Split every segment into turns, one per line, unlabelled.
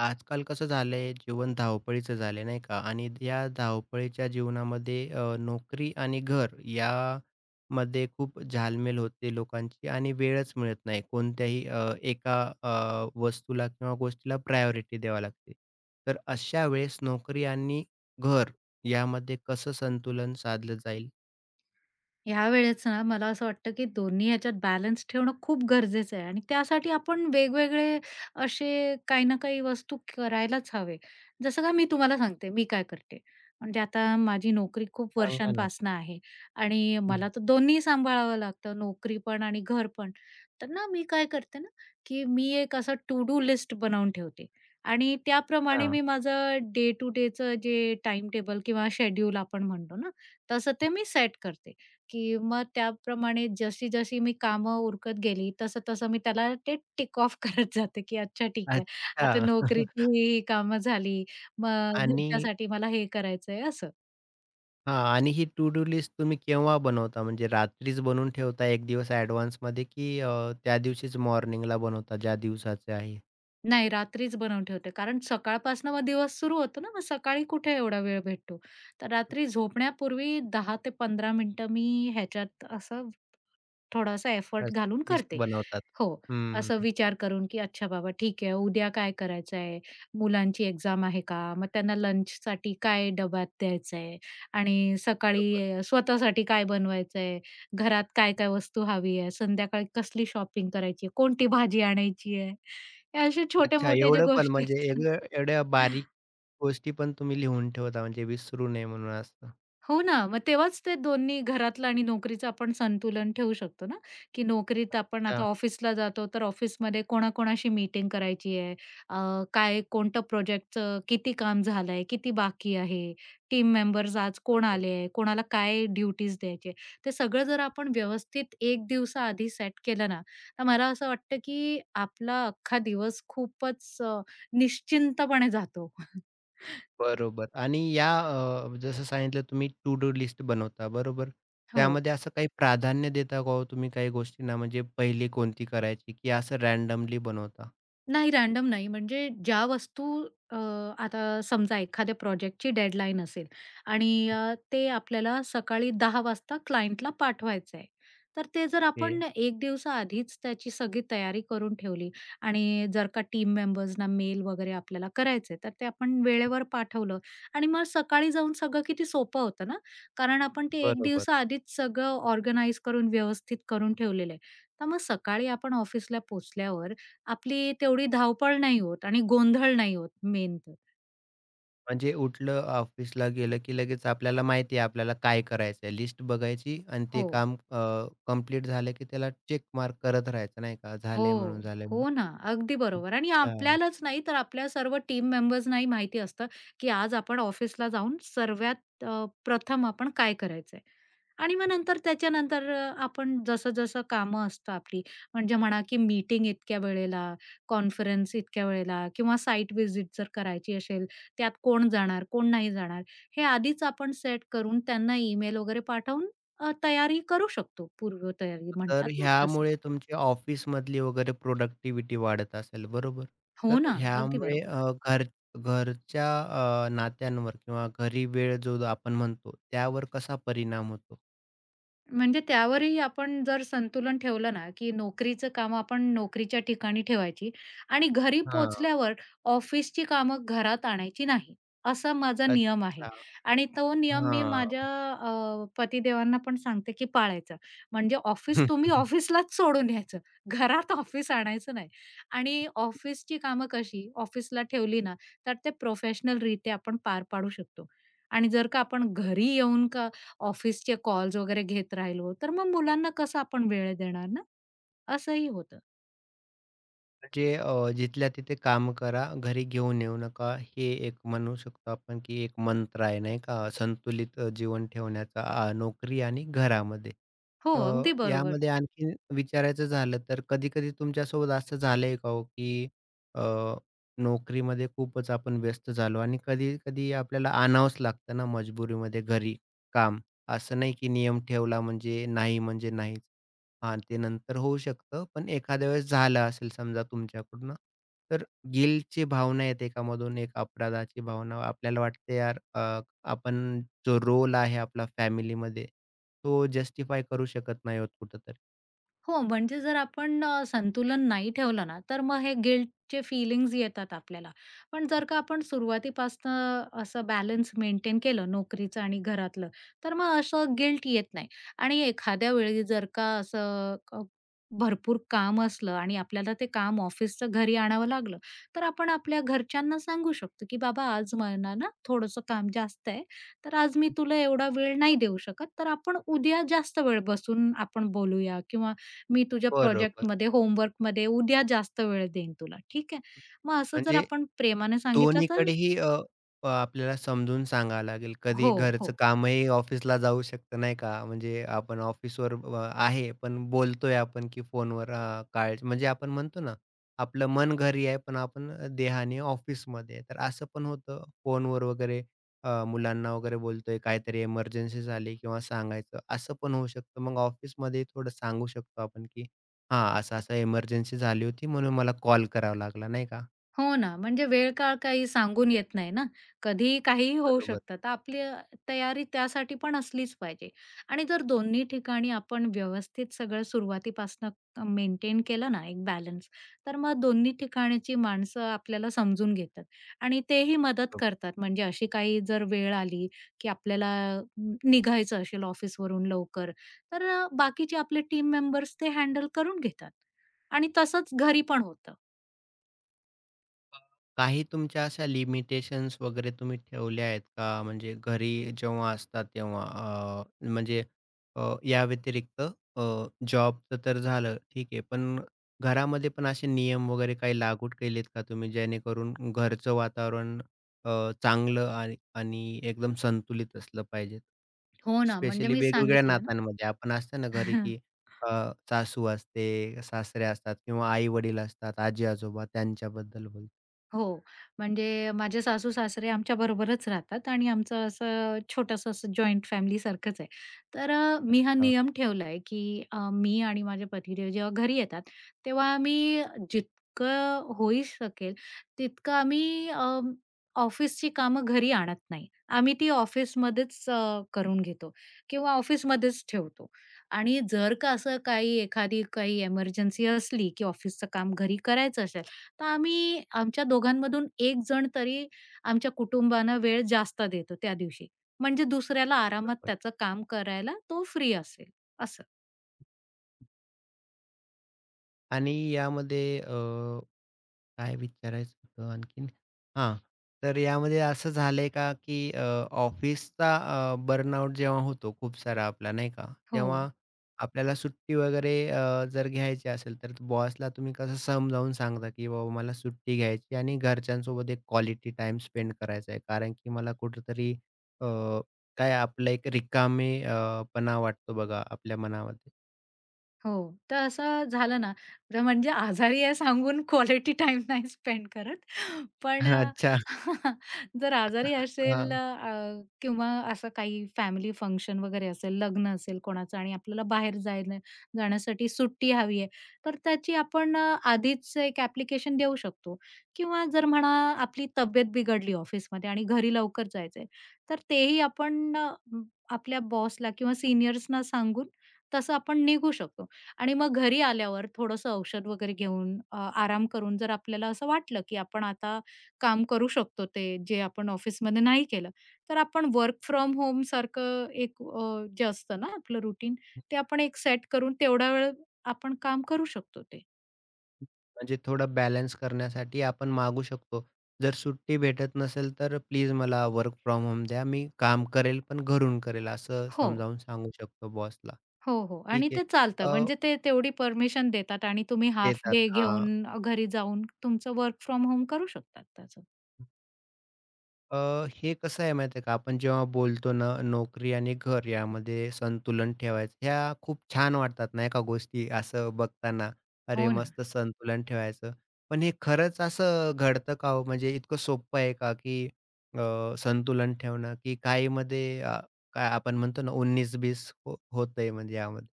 आजकाल कसं झालंय? जीवन धावपळीचं झालंय, नाही का? आणि या धावपळीच्या जीवनामध्ये नोकरी आणि घर यामध्ये खूप झालमेल होते लोकांची आणि वेळच मिळत नाही. कोणत्याही एका वस्तूला किंवा गोष्टीला प्रायोरिटी द्यावी लागते. तर अशा वेळेस नोकरी आणि घर यामध्ये कसं संतुलन साधलं जाईल?
ह्यावेळेस ना मला असं वाटतं, की दोन्ही ह्याच्यात बॅलन्स ठेवणं खूप गरजेचं आहे आणि त्यासाठी आपण वेगवेगळे असे काही ना काही वस्तू करायलाच हवे. जसं का मी तुम्हाला सांगते, मी काय करते. म्हणजे आता माझी नोकरी खूप
सांगा ना.
वर्षांपासनं आहे आणि
हं.
मला तर दोन्ही सांभाळावं लागतं, नोकरी पण आणि घर पण. तर ना मी काय करते ना, की मी एक असं टू डू लिस्ट बनवून ठेवते आणि त्याप्रमाणे
हां.
मी माझं डे टू डेचं जे टाईमटेबल किंवा शेड्यूल आपण म्हणतो ना, तसं ते मी सेट करते. की मग त्याप्रमाणे जशी मी कामं उरकत गेली, तसं-तसं मी त्याला ते टिक ऑफ करत जाते, की अच्छा ठीक आहे.
अच्छा.
आता नोकरीची ही कामं झाली. मग
आणि.
घरच्यासाठी मला हे करायचंय असं.
हां, आणि ही टू डू लिस्ट तुम्ही केव्हा बनवता? म्हणजे रात्रीच बनवून ठेवता, एक दिवस ॲडव्हान्समध्ये, की त्या दिवशीच मॉर्निंगला बनवता ज्या दिवसाचे आहे?
नाही रात्रीच बनवून ठेवते. कारण सकाळपासून मग दिवस सुरू होतो ना, मग सकाळी कुठे एवढा वेळ भेटतो. तर रात्री झोपण्यापूर्वी 10 ते 15 मिनिटं मी ह्याच्यात असं थोडासा एफर्ट
नुकताच.
घालून
लिस्ट
करते.
बनवतात.
हो.
हं,
असं विचार करून, की अच्छा बाबा ठीक आहे, उद्या काय करायचं आहे? मुलांची एक्झाम आहे का? मग त्यांना लंचसाठी काय डब्यात द्यायचं आहे? आणि
बरोबर.
सकाळी स्वतःसाठी काय बनवायचं आहे? घरात काय-काय वस्तू हवी आहे? संध्याकाळी कसली शॉपिंग करायची आहे? कोणती भाजी आणायची आहे? हे असे
अच्छा,
छोटे-मोठे जे
एवढं पण,
गोष्टी
म्हणजे
असतात.
एवढं एवढ्या बारीक गोष्टी पण तुम्ही लिहून ठेवता, म्हणजे विसरू नये म्हणून असं.
हो ना, मग तेव्हाच ते दोन्ही घरातलं आणि नोकरीचं आपण संतुलन ठेवू शकतो ना, की नोकरीत आपण आता
अच्छा,
ऑफिसला जातो, तर ऑफिसमध्ये कोणाकोणाशी मीटिंग करायची आहे, अ, काय कोणतं प्रोजेक्टचं किती काम झालंय, किती बाकी आहे, टीम मेंबर्स आज कोण
बरोबर.
आले आहे, कोणाला काय ड्युटीज द्यायचे. ते सगळं जर आपण व्यवस्थित 1 दिवसाआधी सेट केलं ना, तर मला असं वाटतं की आपला अख्खा दिवस खूपच निश्चिंतपणे जातो.
बरोबर, आणि या जसं सांगितलं तुम्ही, टू डू लिस्ट बनवता, बरोबर.
हो.
त्यामध्ये असं काही प्राधान्य देता का हो तुम्ही काही गोष्टींना? म्हणजे पहिली कोणती करायची, की असं रँडमली बनवता?
नाही रॅन्डम नाही. म्हणजे ज्या वस्तू अ, आता समजा एखाद्या प्रोजेक्टची डेडलाईन असेल आणि ते आपल्याला सकाळी 10 वाजता क्लायंटला पाठवायचं आहे. तर ते जर
ओके.
आपण 1 दिवसाआधीच त्याची सगळी तयारी करून ठेवली आणि जर का टीम मेंबर्सना मेल वगैरे आपल्याला करायचे, तर ते आपण वेळेवर पाठवलं आणि मग सकाळी जाऊन सगळं किती सोपं होतं ना. कारण आपण ते 1
बरोबर.
दिवसाआधीच सगळं ऑर्गनाइज करून व्यवस्थित करून ठेवलेलं आहे. तर मग सकाळी आपण ऑफिसला पोहोचल्यावर आपली तेवढी धावपळ नाही होत आणि गोंधळ नाही होत मेन तर.
म्हणजे उठलं, ऑफिसला गेलं, की लगेच आपल्याला माहिती आहे आपल्याला काय करायचंय. लिस्ट बघायची आणि ते
हो.
काम कंप्लीट झालं, की त्याला चेक मार्क करत राहायचं, नाही का, झालंय म्हणून,
हो.
झालंय म्हणून.
हो ना, अगदी बरोबर आणि
अच्छा.
आपल्यालाच नाही तर आपल्या सर्व टीम मेंबर्सनाही माहिती असतं, की आज आपण ऑफिसला जाऊन सर्वात प्रथम आपण काय करायचंय आणि मग नंतर त्याच्यानंतर आपण जसं-जसं कामं असतं आपली म्हणजे म्हणा, की मीटिंग इतक्या वेळेला, कॉन्फरन्स इतक्या वेळेला किंवा साइट व्हिजिट जर करायची असेल, त्यात कोण जाणार, कोण नाही जाणार, हे आधीच आपण सेट करून त्यांना ईमेल वगैरे पाठवून तयारी करू शकतो. पूर्वतयारी
तर
म्हणतात ना तसं.
ह्यामुळे तुमची ऑफिसमधली वगैरे प्रोडक्टिव्हिटी वाढत असेल, बरोबर. तर
हो ना, अगदी
ह्यामुळे
बरोबर.
घरच्या नात्यांवर किंवा घरी वेळ जो आपण म्हणतो, त्यावर कसा परिणाम होतो?
म्हणजे त्यावरही आपण जर संतुलन ठेवलं ना, की नोकरीचं काम आपण नोकरीच्या ठिकाणी ठेवायची आणि घरी
हां.
पोहोचल्यावर ऑफिसची कामं घरात आणायची नाही, असा माझा नियम आहे.
अच्छा.
आणि तो नियम मी
हां.
माझ्या पतिदेवांना पण सांगते, की पाळायचा. म्हणजे ऑफिस तुम्ही ऑफिसलाच सोडून यायचं. घरात ऑफिस आणायचं नाही. आणि ऑफिसची कामं कशी ऑफिसला ठेवली ना, तर ते प्रोफेशनलरित्या आपण पार पाडू शकतो. आणि जर का आपण घरी येऊन का ऑफिसचे कॉल्स वगैरे घेत राहिलो, तर मग मुलांना कसं आपण वेळ देणार ना? असंही होतं.
म्हणजे जिथल्या तिथे काम करा, घरी घेऊन येऊ नका. हे एक म्हणू शकतो आपण, की एक मंत्र आहे, नाही का, संतुलित जीवन ठेवण्याचा नोकरी आणि घरामध्ये.
हो,
अ,
अगदी बरोबर.
यामध्ये आणखीन विचारायचं झालं तर, कधी-कधी तुमच्यासोबत असं झालंय का हो, की अ, नोकरीमध्ये खूपच आपण व्यस्त झालो आणि कधी-कधी आपल्याला आणावंच लागतं ना मजबुरीमध्ये घरी काम. असं नाही की नियम ठेवला म्हणजे नाही म्हणजे नाहीच. हां, ते नंतर होऊ शकतं. पण एखाद्या वेळेस झालं असेल समजा तुमच्याकडून, तर गिल्टची भावना येते का मधून, एक अपराधाची भावना? आपल्याला वाटते यार, आपण जो रोल आहे आपला फॅमिलीमध्ये, तो जस्टिफाय करू शकत नाही आहोत कुठेतरी.
हो, म्हणजे जर आपण संतुलन नाही ठेवलं ना, तर मग हे गिल्टचे फीलिंग्ज येतात आपल्याला. पण जर का आपण सुरुवातीपासनं असं बॅलन्स मेंटेन केलं नोकरीचं आणि घरातलं, तर मग असं गिल्ट येत नाही. आणि एखाद्या वेळी जर का असं क भरपूर काम असलं आणि आपल्याला ते काम ऑफिसचं घरी आणावं लागलं, तर आपण आपल्या घरच्यांना सांगू शकतो, की "बाबा आज मला ना थोडंसं काम जास्त आहे, तर आज मी तुला एवढा वेळ नाही देऊ शकत, तर आपण उद्या जास्त वेळ बसून आपण बोलूया किंवा मी तुझ्या
बरोबर.
प्रोजेक्टमध्ये, होमवर्कमध्ये उद्या जास्त वेळ देईन तुला, ठीक आहे?" मग असं जर
म्हणजे
आपण प्रेमाने सांगितलं तर.
दोन्हीकडेही अ, अ, आपल्याला समजून सांगावं लागेल. कधी
हो,
घरचं
हो.
कामही ऑफिसला जाऊ शकतं, नाही का? म्हणजे आपण ऑफिसवर आहे, पण बोलतोय आपण की फोनवर काळ, म्हणजे आपण म्हणतो ना, आपलं मन घरी आहे, पण आपण देहाने ऑफिसमध्ये आहे. तर असं पण होतं, फोनवर वगैरे मुलांना वगैरे बोलतोय, काहीतरी इमर्जन्सी झाली किंवा सांगायचं, असं पण होऊ शकतं. मग ऑफिसमध्ये थोडं सांगू शकतो आपण की हां, असं-असं इमर्जन्सी झाली होती म्हणून मला कॉल करावा लागला, नाही का?
हो ना, म्हणजे वेळ-काळ काही सांगून येत नाही ना. कधीही काहीही होऊ
बरोबर.
शकतं. तर आपली तयारी त्यासाठी पण असलीच पाहिजे. आणि जर दोन्ही ठिकाणी आपण व्यवस्थित सगळं सुरुवातीपासनं मेंटेन केलं ना एक बॅलन्स, तर मग दोन्ही ठिकाणची माणसं आपल्याला समजून घेतात आणि तेही मदत करतात. म्हणजे अशी काही जर वेळ आली, की आपल्याला अं, निघायचं असेल ऑफिसवरून लवकर, तर बाकीचे आपले टीम मेंबर्स ते हँडल करून घेतात. आणि तसंच घरी पण होतं.
काही तुमच्या अशा लिमिटेशन्स वगैरे तुम्ही ठेवल्या आहेत का? म्हणजे घरी जेव्हा असतात तेव्हा, म्हणजे या व्यतिरिक्त, अ, जॉबचं तर झालं ठीक आहे. पण घरामध्ये पण असे नियम वगैरे काही लागू केलेत का तुम्ही, जेणेकरून घरचं वातावरण अ, चांगलं आणि आणि एकदम संतुलित असलं पाहिजे?
हो ना, म्हणजे
स्पेशली
मी
वेगवेगळ्या
सांगितलं ना.
नात्यांमध्ये आपण असतो ना घरी, की अ, सासू असते, सासरे असतात किंवा आई-वडील असतात, आजी-आजोबा, त्यांच्याबद्दल बोलतो.
हो. म्हणजे माझे सासू-सासरे आमच्याबरोबरच राहतात आणि आमचं असं छोटंसं असं जॉइंट फॅमिलीसारखंच आहे. तर मी हा
हां,
नियम ठेवला आहे, की मी आणि माझे पतिदेव जेव्हा घरी येतात, तेव्हा आम्ही जितकं होई शकेल तितकं आम्ही ऑफिसची कामं घरी आणत नाही. आम्ही ती ऑफिसमध्येच करून घेतो किंवा ऑफिसमध्येच ठेवतो. आणि जर का असं काही एखादी काही एमर्जन्सी असली, की ऑफिसचं काम घरी करायचं असेल तर आम्ही आमच्या दोघांमधून एक जण तरी आमच्या कुटुंबांना वेळ जास्त देतो त्या दिवशी. म्हणजे दुसऱ्याला आरामात
बरोबर.
त्याचं काम करायला तो फ्री असेल असं.
आणि यामध्ये काय विचारायचं होतं आणखीन? हां, तर यामध्ये असं झालंय का, की ऑफिसचा बर्नआउट जेव्हा होतो खूप सारा आपला, नाही का,
हो.
तेव्हा आपल्याला सुट्टी वगैरे जर घ्यायची असेल, तर बॉसला तुम्ही कसं समजावून सांगता, की "बाबा, मला सुट्टी घ्यायची आणि घरच्यांसोबत एक क्वालिटी टाईम स्पेंड करायचा आहे. कारण की मला कुठेतरी अ, काय आपलं एक रिकामे पणा वाटतो, बघा आपल्या मनामध्ये."
हो. तर असं झालं ना, तर म्हणजे आजारी आहे सांगून क्वालिटी टाइम नाही स्पेंड करत. पण
अच्छा.
जर आजारी असेल किंवा असं काही फॅमिली फंक्शन वगैरे असेल, लग्न असेल कोणाचं आणि आपल्याला बाहेर जायला जाण्यासाठी सुट्टी हवी आहे, तर त्याची आपण आधीच एक ॲप्लिकेशन देऊ शकतो किंवा जर म्हणा आपली तब्येत बिघडली ऑफिसमध्ये आणि घरी लवकर जायचं तर तेही आपण आपल्या बॉसला किंवा सीनियर्सना सांगून तसं आपण निघू शकतो. आणि मग घरी आल्यावर थोडंसं औषध वगैरे घेऊन आराम करून जर आपल्याला असं वाटलं, की आपण आता काम करू शकतो ते जे आपण ऑफिसमध्ये नाही केलं, तर आपण वर्क फ्रॉम होम सारखं एक जे असतं ना आपलं रुटीन ते आपण एक सेट करून तेवढा वेळ आपण काम करू शकतो ते.
म्हणजे थोडं बॅलन्स करण्यासाठी आपण मागू शकतो. जर सुट्टी भेटत नसेल, तर प्लीज मला वर्क फ्रॉम होम द्या. मी काम करेल, पण घरून करेल, असं
हो,
समजावून सांगू शकतो बॉसला.
हो. आणि
ठीक आहे.
ते चालतं
अ,
म्हणजे ते तेवढी परमिशन देतात आणि तुम्ही हाल्फ
देतात.
डे
हां.
घेऊन घरी जाऊन तुमचं वर्क फ्रॉम होम करू शकतात त्याचं.
अ, हे कसं आहे माहिती आहे का, आपण जेव्हा बोलतो ना, नोकरी आणि घर यामध्ये संतुलन ठेवायचं, ह्या खूप छान वाटतात नाही का गोष्टी असं बघताना. अरे,
हो ना.
मस्त संतुलन ठेवायचं. पण हे खरंच असं घडतं का हो? म्हणजे इतकं सोपं आहे का, की संतुलन ठेवणं, की काहीमध्ये काय आपण म्हणतो ना, 19-20 हो होतंय म्हणजे यामध्ये?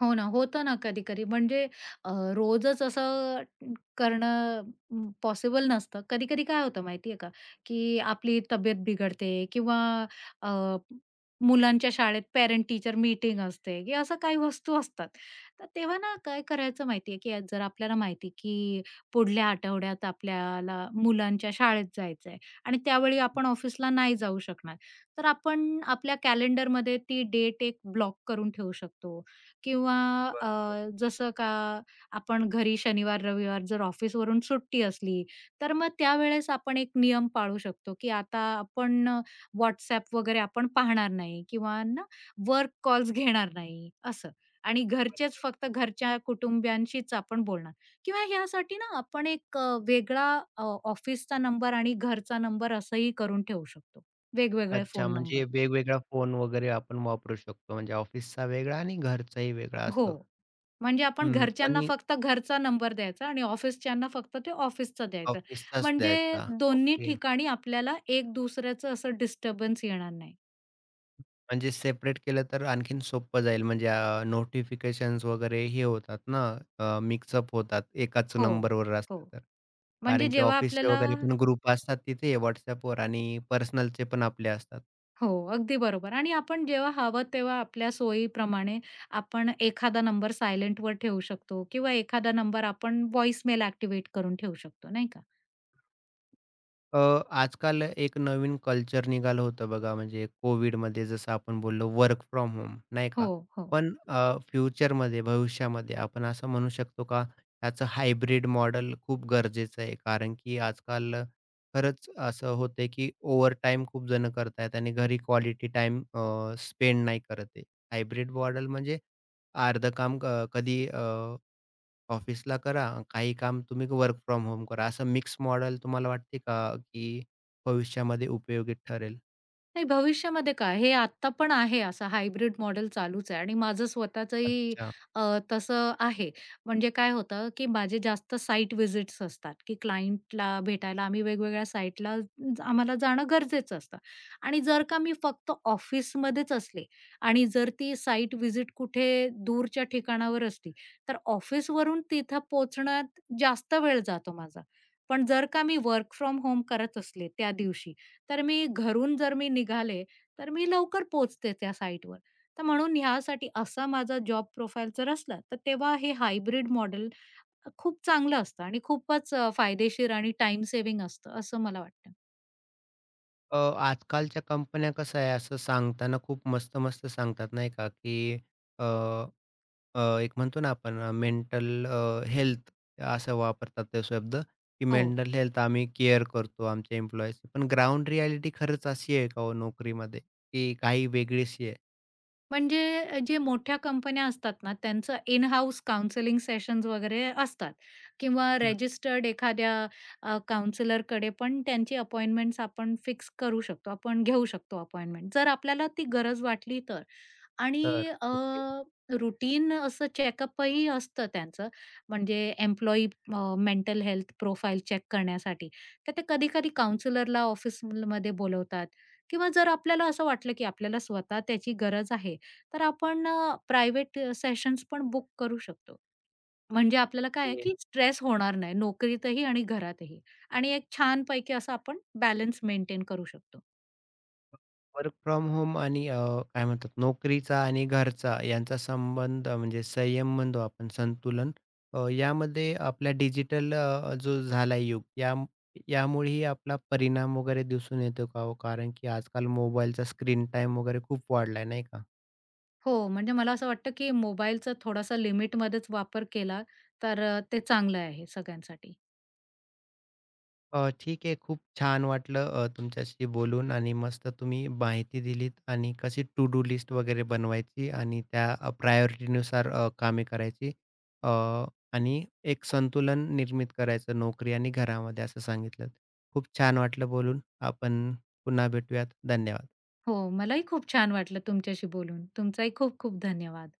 हो ना, होतं ना कधी-कधी म्हणजे अ, रोजच असं करणं पॉसिबल नसतं. कधी-कधी काय होतं माहिती आहे का, की आपली तब्येत बिघडते किंवा अ, मुलांच्या शाळेत पेरेंट टीचर मीटिंग असते, की असं काही वस्तू असतात. तर तेव्हा ना काय करायचं माहिती आहे, की जर आपल्याला माहिती की पुढल्या आठवड्यात आपल्याला मुलांच्या शाळेत जायचं आणि त्यावेळी आपण ऑफिसला नाही जाऊ शकणार. तर आपण आपल्या कॅलेंडरमध्ये ती डेट एक ब्लॉक करून ठेवू शकतो किंवा
बरोबर.
अ, जसं का आपण घरी शनिवार, रविवार जर ऑफिसवरून सुट्टी असली, तर मग त्यावेळेस आपण एक नियम पाळू शकतो, की आता आपण WhatsApp वगैरे आपण पाहणार नाही किंवा ना वर्क कॉल्स घेणार नाही असं. आणि घरचेच फक्त घरच्या कुटुंबियांशीच आपण बोलणार किंवा ह्यासाठी ना आपण एक वेगळा अ, ऑफिसचा नंबर आणि घरचा नंबर असंही करून ठेवू शकतो, वेगवेगळे
अच्छा,
फोन
म्हणजे
नंबर.
वेगवेगळा फोन वगैरे आपण वापरू शकतो. म्हणजे ऑफिसचा वेगळा आणि घरचाही वेगळा,
हो.
असं.
म्हणजे आपण
हं.
घरच्यांना
आणि
फक्त घरचा नंबर द्यायचा आणि ऑफिसच्यांना फक्त ते ऑफिसचा द्यायचा.
ऑफिसचाच
म्हणजे
द्यायचा.
दोन्ही
ओके.
ठिकाणी आपल्याला एक दुसऱ्याचं असं डिस्टर्बन्स येणार नाही.
म्हणजे सेपरेट केलं तर आणखीन सोपं जाईल. म्हणजे वगैरे हे होतात ना, मिक्सअप होतात एकाच
हो,
नंबरवर असलं
हो.
तर.
म्हणजे
कारण की
जेव्हा
ऑफिसचे
आपल्याला
वगैरे पण ग्रुप असतात तिथे WhatsAppवर आणि पर्सनलचे पण आपले असतात.
हो, अगदी बरोबर आणि आपण जेव्हा हवं तेव्हा आपल्या सोयीप्रमाणे आपण एखादा नंबर सायलेंटवर ठेवू शकतो किंवा एखादा नंबर आपण व्हॉईसमेल ॲक्टिव्हेट करून ठेवू शकतो, नाही का?
अ, आजकाल एक नवीन कल्चर निघालं होतं बघा, म्हणजे कोविडमध्ये जसं आपण बोललो, वर्क फ्रॉम होम, नाही
हो,
का?
हो.
पण फ्युचरमध्ये, भविष्यामध्ये, आपण असं म्हणू शकतो का, याचं हायब्रिड मॉडेल खूप गरजेचं आहे. कारण की आजकाल खरंच असं होतंय की ओव्हरटाईम खूप जण करतायत आणि घरी क्वालिटी टाईम स्पेंड नाही करत आहे. हायब्रिड मॉडेल म्हणजे अर्धं काम कधी ऑफिसला करा, काही काम तुम्ही वर्क फ्रॉम होम करा. असं मिक्स मॉडेल तुम्हाला वाटते का, की भविष्यामध्ये उपयोगी ठरेल?
नाही भविष्यामध्ये काय, हे आत्ता पण आहे असं हायब्रिड मॉडेल चालूच आहे आणि माझं स्वतःचंही
अच्छा.
अ, तसं आहे. म्हणजे काय होतं, की माझे जास्त साइट व्हिजिट्स असतात, की क्लायंटला भेटायला आम्ही वेगवेगळ्या साइटला आम्हाला जाणं गरजेचं असतं आणि जर का मी फक्त ऑफिसमध्येच असले आणि जर ती साइट व्हिजिट कुठे दूरच्या ठिकाणावर असली, तर ऑफिसवरून तिथं पोहोचण्यात जास्त वेळ जातो माझा. पण जर का मी वर्क फ्रॉम होम करत असले त्या दिवशी, तर मी घरून जर मी निघाले, तर मी लवकर पोचते त्या साईटवर. तर म्हणून ह्यासाठी असा माझा जॉब प्रोफाईल जर असला, तर तेव्हा हे हायब्रिड मॉडेल खूप चांगलं असतं आणि खूपच फायदेशीर आणि टाइम सेव्हिंग असतं, असं मला वाटतं.
अ, आजकालच्या कंपन्या कसं आहे, असं सांगताना खूप मस्त-मस्त सांगतात नाही का, की अ, अ, एक म्हणतो ना आपण, मेंटल हेल्थ, असं वापरतात ते शब्द, की
हो.
मेंटल हेल्थ आम्ही केअर करतो आमच्या एम्प्लॉईजची. पण ग्राउंड रिॲलिटी खरंच अशी आहे का हो नोकरीमध्ये, की काही वेगळीशी आहे?
म्हणजे जे मोठ्या कंपन्या असतात ना, त्यांचं इन हाऊस काउंसलिंग सेशन्स वगैरे असतात किंवा
हं.
रजिस्टर्ड एखाद्या अ, पण त्यांची अपॉइंटमेंट्स आपण फिक्स करू शकतो. आपण घेऊ शकतो अपॉइंटमेंट, जर आपल्याला ती गरज वाटली तर.
तर
आणि
ओके.
रूटीन असं चेकअपही असतं त्यांचं, म्हणजे employee mental health profile check करण्यासाठी. तर ते कधी-कधी काउंसलरला ऑफिसमध्ये बोलवतात किंवा जर आपल्याला असं वाटलं, की आपल्याला स्वतः त्याची गरज आहे, तर आपण प्रायव्हेट सेशन्स पण बुक करू शकतो. म्हणजे आपल्याला काय आहे, की स्ट्रेस होणार नाही नोकरीतही आणि घरातही आणि एक छानपैकी असं आपण बॅलन्स मेंटेन करू शकतो.
वर्क फ्रॉम होम आणि काय म्हणतात, नोकरीचा आणि घरचा यांचा संबंध, म्हणजे संयम म्हणतो आपण, संतुलन, यामध्ये आपल्या डिजिटल जो झाला युग, या यामुळेही आपला परिणाम वगैरे दिसून येतो का हो? कारण की आजकाल मोबाईलचा स्क्रीन टाइम वगैरे खूप वाढलाय, नाही का?
हो, म्हणजे मला असं वाटतं, की मोबाईलचा थोडासा लिमिटमध्येच वापर केला, तर ते चांगलं आहे सगळ्यांसाठी.
ठीक आहे. खूप छान वाटलं तुमच्याशी बोलून, आणि मस्त तुम्ही माहिती दिलीत, आणि कशी टू डू लिस्ट वगैरे बनवायची आणि त्या प्रायोरिटीनुसार कामे करायची, अ, आणि एक संतुलन निर्मित करायचं नोकरी आणि घरामध्ये, असं सांगितलंत. खूप छान वाटलं बोलून. आपण पुन्हा भेटूयात. धन्यवाद.
हो, मलाही खूप छान वाटलं तुमच्याशी बोलून. तुमचाही खूप खूप धन्यवाद.